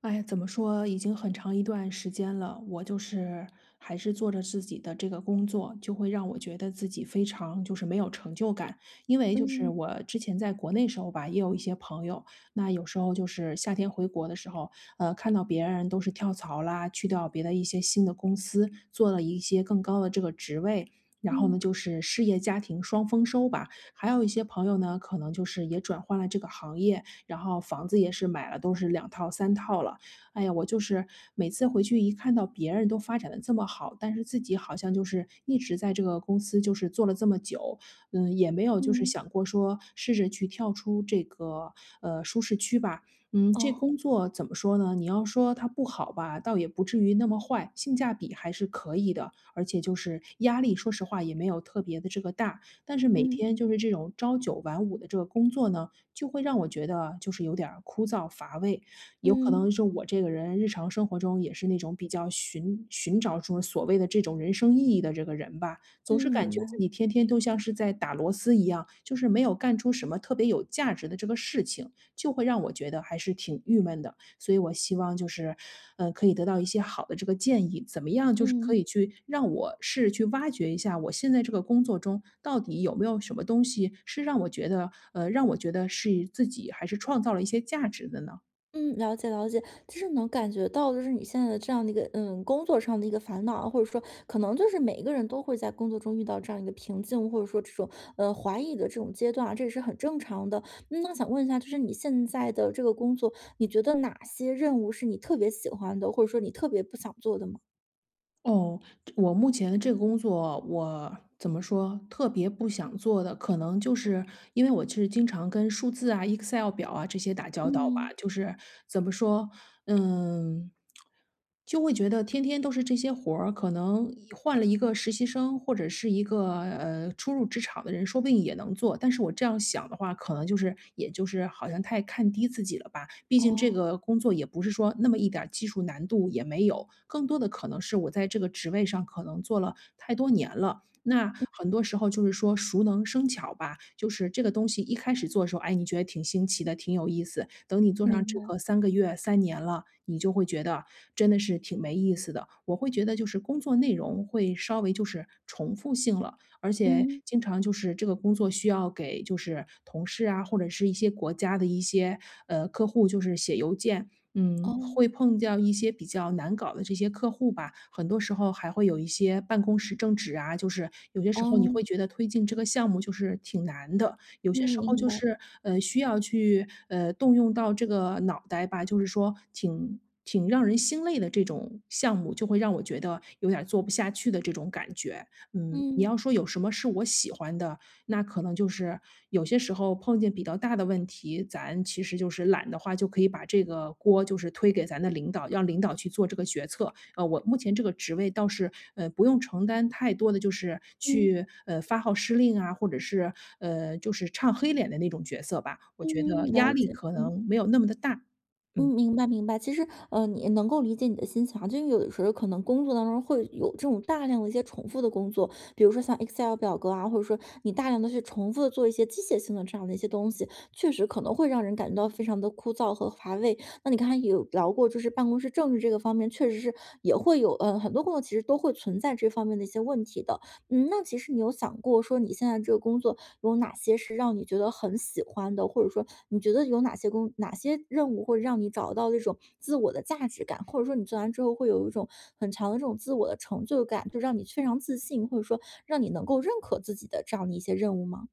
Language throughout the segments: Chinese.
哎呀，怎么说，已经很长一段时间了，我还是做着自己的这个工作，就会让我觉得自己非常就是没有成就感。因为就是嗯我之前在国内时候吧，也有一些朋友，那有时候就是夏天回国的时候，看到别人都是跳槽啦，去到别的一些新的公司，做了一些更高的这个职位。然后呢，嗯就是事业家庭双丰收吧。还有一些朋友呢，可能就是也转换了这个行业，然后房子也是买了，都是两套、三套了。哎呀，我就是每次回去一看到别人都发展的这么好，但是自己好像就是一直在这个公司就是做了这么久，嗯，也没有就是嗯，想过说试着去跳出这个，舒适区吧。嗯，这哦，工作怎么说呢？你要说它不好吧，倒也不至于那么坏，性价比还是可以的，而且就是压力，说实话也没有特别的这个大。但是每嗯天就是这种朝九晚五的这个工作呢，就会让我觉得就是有点儿枯燥乏味。有可嗯嗯能是我这个人日常生活中也是那种比较寻找出所谓的这种人生意义的这个人吧，总嗯，是感明觉白，自己天天都像是在打螺丝一样，就是没有干出什么特别有价值的这个事情，就会让我觉得还是挺郁闷的。所以我希望就是，可以得到一些好的这个建议，怎么样就是可嗯以去让我试着去挖掘一下我现在这个工作中到底有没有什么东西是让我觉得，让我觉得是自己还是创造了一些价值的呢？嗯，了解了解。其实能感觉到，就是你现在的这样的一个，工作上的一个烦恼啊，或者说可能就是每一个人都会在工作中遇到这样一个瓶颈，或者说这种怀疑的这种阶段啊，这也是很正常的。嗯，那想问一下，就是你现在的这个工作，你觉得哪些任务是你特别喜欢的，或者说你特别不想做的吗？哦，我目前的这个工作，我怎么说，特别不想做的，可能就是因为我就是经常跟数字啊、Excel 表啊这些打交道吧，嗯，就是怎么说，嗯，就会觉得天天都是这些活儿，可能换了一个个实习生或者是一个初入职场的人，说不定也能做。但是我这样想的话，可能就是也就是好像太看低自己了吧。毕竟这哦，个工作也不是说那么一点儿技术难度也没有，更多的可能是我在这个职位上可能做了太多年了，那很多时候就是说熟能生巧吧，就是这个东西一开始做的时候，哎，你觉得挺新奇的，挺有意思。等你做上明这白，个三个月、三年了，你就会觉得真的是挺没意思的。我会觉得就是工作内容会稍微就是重复性了，而且嗯，经常就是这个工作需要给就是同事啊，或者是一些国家的一些，客户就是写邮件。嗯，哦，会碰到一些比较难搞的这些客户吧，很多时候还会有一些办公室政治啊，就是有些时候你哦，会觉得推进这个项目就是挺难的，有嗯，些时候明就白，是，需要去，动用到这个脑袋吧，就是说挺让人心累的这种项目，就会让我觉得有点儿做不下去的这种感觉。嗯，你嗯。要说有什么是我喜欢的，那可能就是有些时候碰见比较大的问题，咱其实就是懒的话，就可以把这个锅就是推给咱的领导，让领导去做这个决策。我目前这个职位倒是，不用承担太多的就是嗯，去，发号施令啊，或者是，就是唱黑脸的那种角色吧，我觉嗯，得压了力解，可嗯，能没有那么的大，嗯，嗯。明白明白。其实，你也能够理解你的心情啊，就因为有的时候可能工作当中会有这种大量的一些重复的工作，比如说像 Excel 表格啊，或者说你大量的去重复的做一些机械性的这样的一些东西，确实可能会让人感觉到非常的枯燥和乏味。那你刚才也有聊过，就是办公室政治这个方面，确实是也会有，很多工作其实都会存在这方面的一些问题的。嗯，那其实你有想过说你现在这个工作有哪些是让你觉得很喜欢的，或者说你觉得有哪些哪些任务会让你找到那种自我的价值感，或者说你做完之后会有一种很强的这种自我的成就感，就让你非常自信，或者说让你能够认可自己的这样的一些任务吗？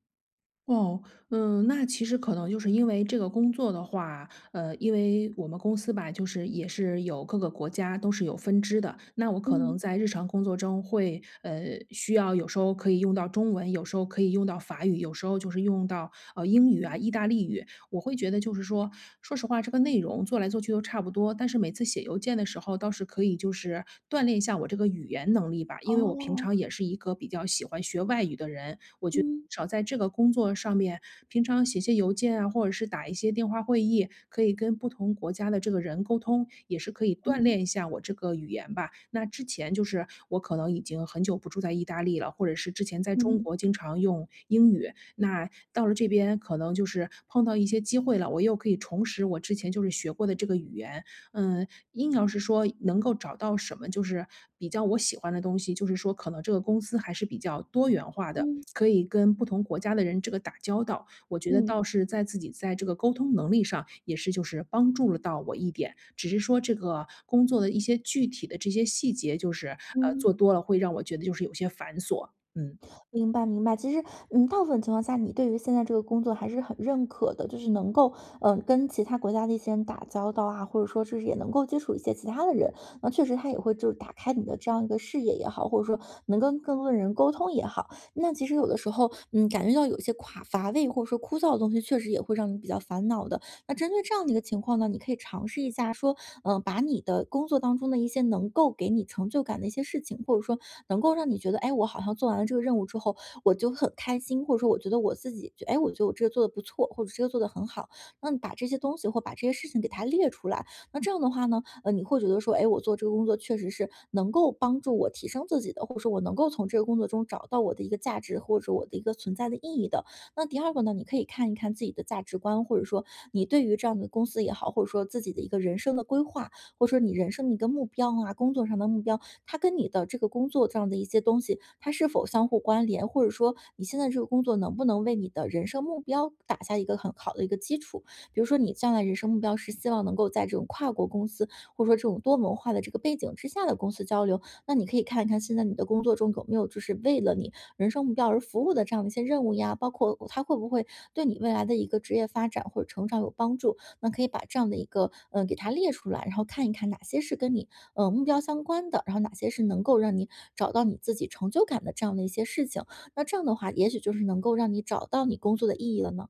哦，嗯，那其实可能就是因为这个工作的话，因为我们公司吧，就是也是有各个国家都是有分支的。那我可能嗯，在日常工作中会，需要有时候可以用到中文，有时候可以用到法语，有时候就是用到英语啊、意大利语。我会觉得就是说，说实话，这个内容做来做去都差不多，但是每次写邮件的时候倒是可以就是锻炼一下我这个语言能力吧，因为我平哦，常也是一个比较喜欢学外语的人，我觉得嗯至少在这个工作上面，平常写些邮件啊，或者是打一些电话会议，可以跟不同国家的这个人沟通，也是可以锻嗯炼一下我这个语言吧。那之前就是我可能已经很久不住在意大利了，或者是之前在嗯中嗯国经常用英语，那到了这边可能就是碰到一些机会了，我又可以重拾我之前就是学过的这个语言。嗯，硬要是说能够找到什么就是比较我喜欢的东西，就是说可能这个公司还是比较多元化的。嗯可以跟不同国家的人这个打交道，我觉得倒嗯是在自己在这个沟通能力上也是就是帮助了到我一点。只是说这个工作的一些具体的这些细节，就是嗯。做多了会让我觉得就是有些繁琐，嗯。明白明白，其实，大部分情况下，你对于现在这个工作还是很认可的，就是能够，嗯、跟其他国家的一些人打交道啊，或者说就是也能够接触一些其他的人，那确实他也会就是打开你的这样一个视野也好，或者说能跟更多的人沟通也好。那其实有的时候，嗯，感觉到有些垮乏味或者说枯燥的东西，确实也会让你比较烦恼的。那针对这样的一个情况呢，你可以尝试一下说，嗯、把你的工作当中的一些能够给你成就感的一些事情，或者说能够让你觉得，哎，我好像做完了这个任务之后，我就很开心，或者说我觉得我自己，哎，我觉得我这个做的不错，或者这个做的很好。那你把这些东西或把这些事情给它列出来，那这样的话呢，你会觉得说，哎，我做这个工作确实是能够帮助我提升自己的，或者说我能够从这个工作中找到我的一个价值，或者我的一个存在的意义的。那第二个呢，你可以看一看自己的价值观，或者说你对于这样的公司也好，或者说自己的一个人生的规划，或者说你人生的一个目标啊，工作上的目标，它跟你的这个工作这样的一些东西，它是否相互关联，或者说你现在这个工作能不能为你的人生目标打下一个很好的一个基础？比如说你将来人生目标是希望能够在这种跨国公司，或者说这种多文化的这个背景之下的公司交流，那你可以看一看现在你的工作中有没有就是为了你人生目标而服务的这样的一些任务呀，包括它会不会对你未来的一个职业发展或者成长有帮助？那可以把这样的一个，给它列出来，然后看一看哪些是跟你目标相关的，然后哪些是能够让你找到你自己成就感的这样的一些事情。那这样的话，也许就是能够让你找到你工作的意义了呢。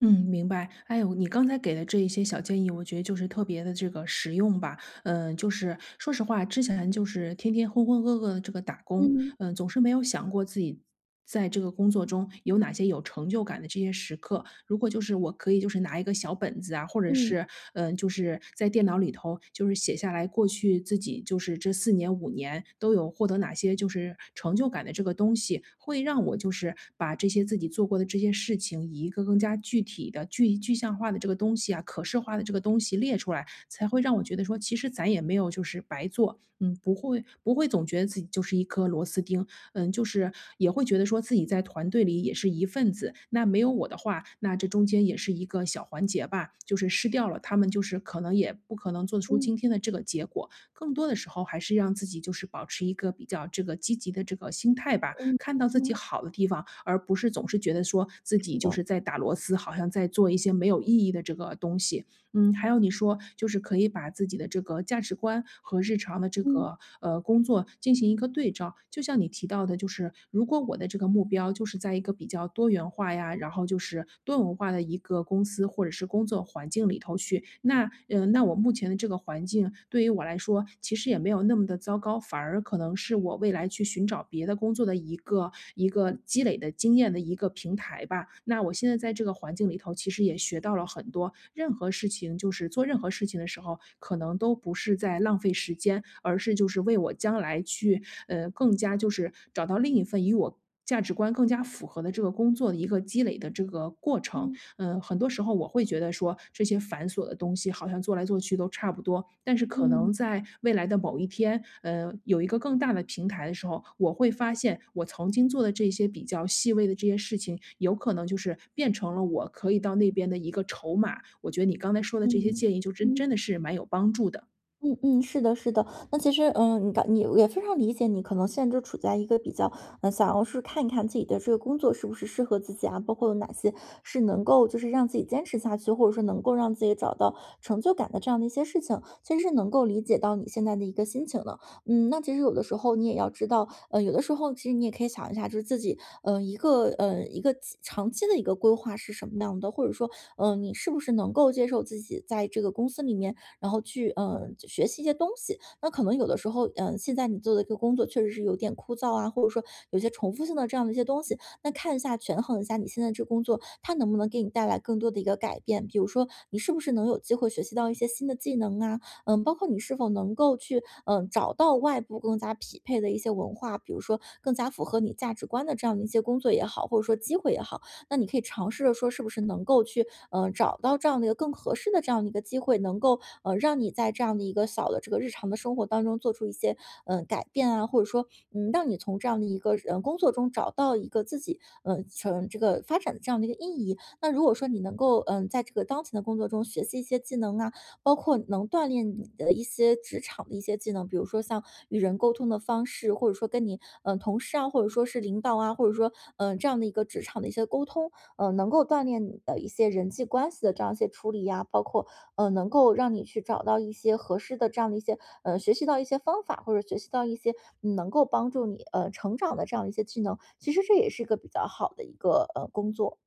嗯，明白。哎呦，你刚才给的这一些小建议，我觉得就是特别的这个实用吧。嗯，就是说实话，之前就是天天浑浑噩噩的这个打工，嗯嗯，总是没有想过自己在这个工作中有哪些有成就感的这些时刻。如果就是我可以就是拿一个小本子啊，或者嗯是嗯，就是在电脑里头就是写下来过去自己就是这四年五年都有获得哪些就是成就感的这个东西，会让我就是把这些自己做过的这些事情，以一个更加具体的具象化的这个东西啊，可视化的这个东西列出来，才会让我觉得说，其实咱也没有就是白做，嗯，不会总觉得自己就是一颗螺丝钉，嗯，就是也会觉得说自己在团队里也是一份子，那没有我的话，那这中间也是一个小环节吧，就是失掉了，他们就是可能也不可能做出嗯今天的这个结果。更多的时候还是让自己就是保持一个比较这个积极的这个心态吧，嗯看到自己嗯，好的地方，而不是总是觉得说自己是就的，是在打螺丝，好像在做一些没有意义的这个东西。嗯，还有你说就是可以把自己的这个价值观和日常的这嗯个工作进行一个对照，就像你提到的，就是如果我的这个目标就是在一个比较多元化呀，然后就是多文化的一个公司或者是工作环境里头去，那那我目前的这个环境对于我来说其实也没有那么的糟糕，反而可能是我未来去寻找别的工作的一个积累的经验的一个平台吧。那我现在在这个环境里头，其实也学到了很多，任何事情就是做任何事情的时候，可能都不是在浪费时间，而是就是为我将来去，更加就是找到另一份与我价值观更加符合的这个工作的一个积累的这个过程。嗯嗯，很多时候我会觉得说这些繁琐的东西好像做来做去都差不多，但是可嗯能在未来的某一天，有一个更大的平台的时候，我会发现我曾经做的这些比较细微的这些事情，有可能就是变成了我可以到那边的一个筹码。我觉得你刚才说的这些嗯建议，就真嗯。真的是蛮有帮助的。嗯嗯，是的，是的。那其实，嗯，你刚你也非常理解你，可能现在就处在一个比较，嗯，想要是看一看自己的这个工作是不是适合自己啊，包括有哪些是能够就是让自己坚持下去，或者说能够让自己找到成就感的这样的一些事情，其实是能够理解到你现在的一个心情的。嗯，那其实有的时候你也要知道，有的时候其实你也可以想一下，就是自己，一个，一个长期的一个规划是什么样的，或者说，嗯、你是不是能够接受自己在这个公司里面。然后去嗯学习一些东西。那可能有的时候，嗯、现在你做的一个工作确实是有点枯燥啊，或者说有些重复性的这样的一些东西，那看一下权衡一下你现在这工作它能不能给你带来更多的一个改变，比如说你是不是能有机会学习到一些新的技能啊，嗯，包括你是否能够去嗯找到外部更加匹配的一些文化，比如说更加符合你价值观的这样的一些工作也好，或者说机会也好。那你可以尝试着说是不是能够去，找到这样的一个更合适的这样的一个机会，能够，让你在这样的一个小的这个日常的生活当中做出一些，改变啊，或者说，嗯，让你从这样的一个，工作中找到一个自己，成这个发展的这样的一个意义。那如果说你能够，在这个当前的工作中学习一些技能啊，包括能锻炼你的一些职场的一些技能，比如说像与人沟通的方式，或者说跟你同事啊，或者说是领导啊，或者说这样的一个职场的一些沟通，嗯、能够锻炼你的一些人际关系的这样一些处理呀、包括能够让你去找到一些合适的这样的一些学习到一些方法，或者学习到一些嗯能够帮助你成长的这样一些技能，其实这也是一个比较好的一个工作，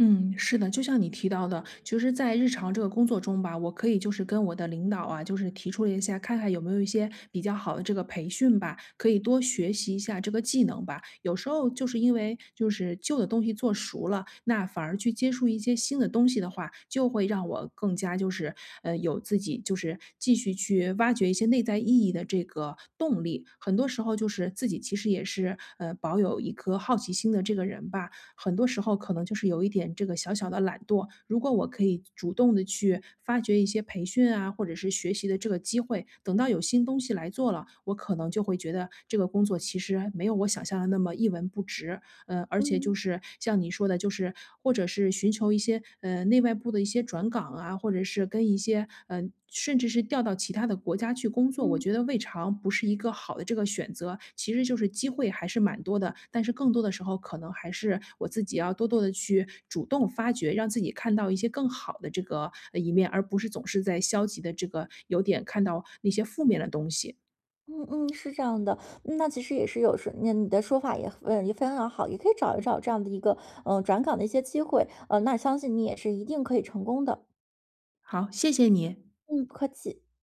嗯，是的，就像你提到的，其实在日常这个工作中吧，我可以就是跟我的领导啊，就是提出了一下，看看有没有一些比较好的这个培训吧，可以多学习一下这个技能吧。有时候就是因为就是旧的东西做熟了，那反而去接触一些新的东西的话，就会让我更加就是有自己就是继续去挖掘一些内在意义的这个动力。很多时候就是自己其实也是保有一颗好奇心的这个人吧，很多时候可能就是有一点这个小小的懒惰。如果我可以主动的去发掘一些培训啊，或者是学习的这个机会，等到有新东西来做了，我可能就会觉得这个工作其实没有我想象的那么一文不值。而且就嗯。是像你说的，就是或者是寻求一些内外部的一些转岗啊，或者是跟一些甚至是调到其他的国家去工作，我嗯。觉得未尝不是一个好的这个选择。其实就是机会还是蛮多的，但是更多的时候可能还是我自己要多多的去主动发掘，让自己看到一些更好的这个一面，而不是总是在消极的这个有点看到那些负面的东西。嗯嗯，是这样的，嗯，那其实也是有时，那你的说法也嗯也非常好，也可以找一找这样的一个转岗的一些机会，那相信你也是一定可以成功的，好，谢谢你。嗯，不客气。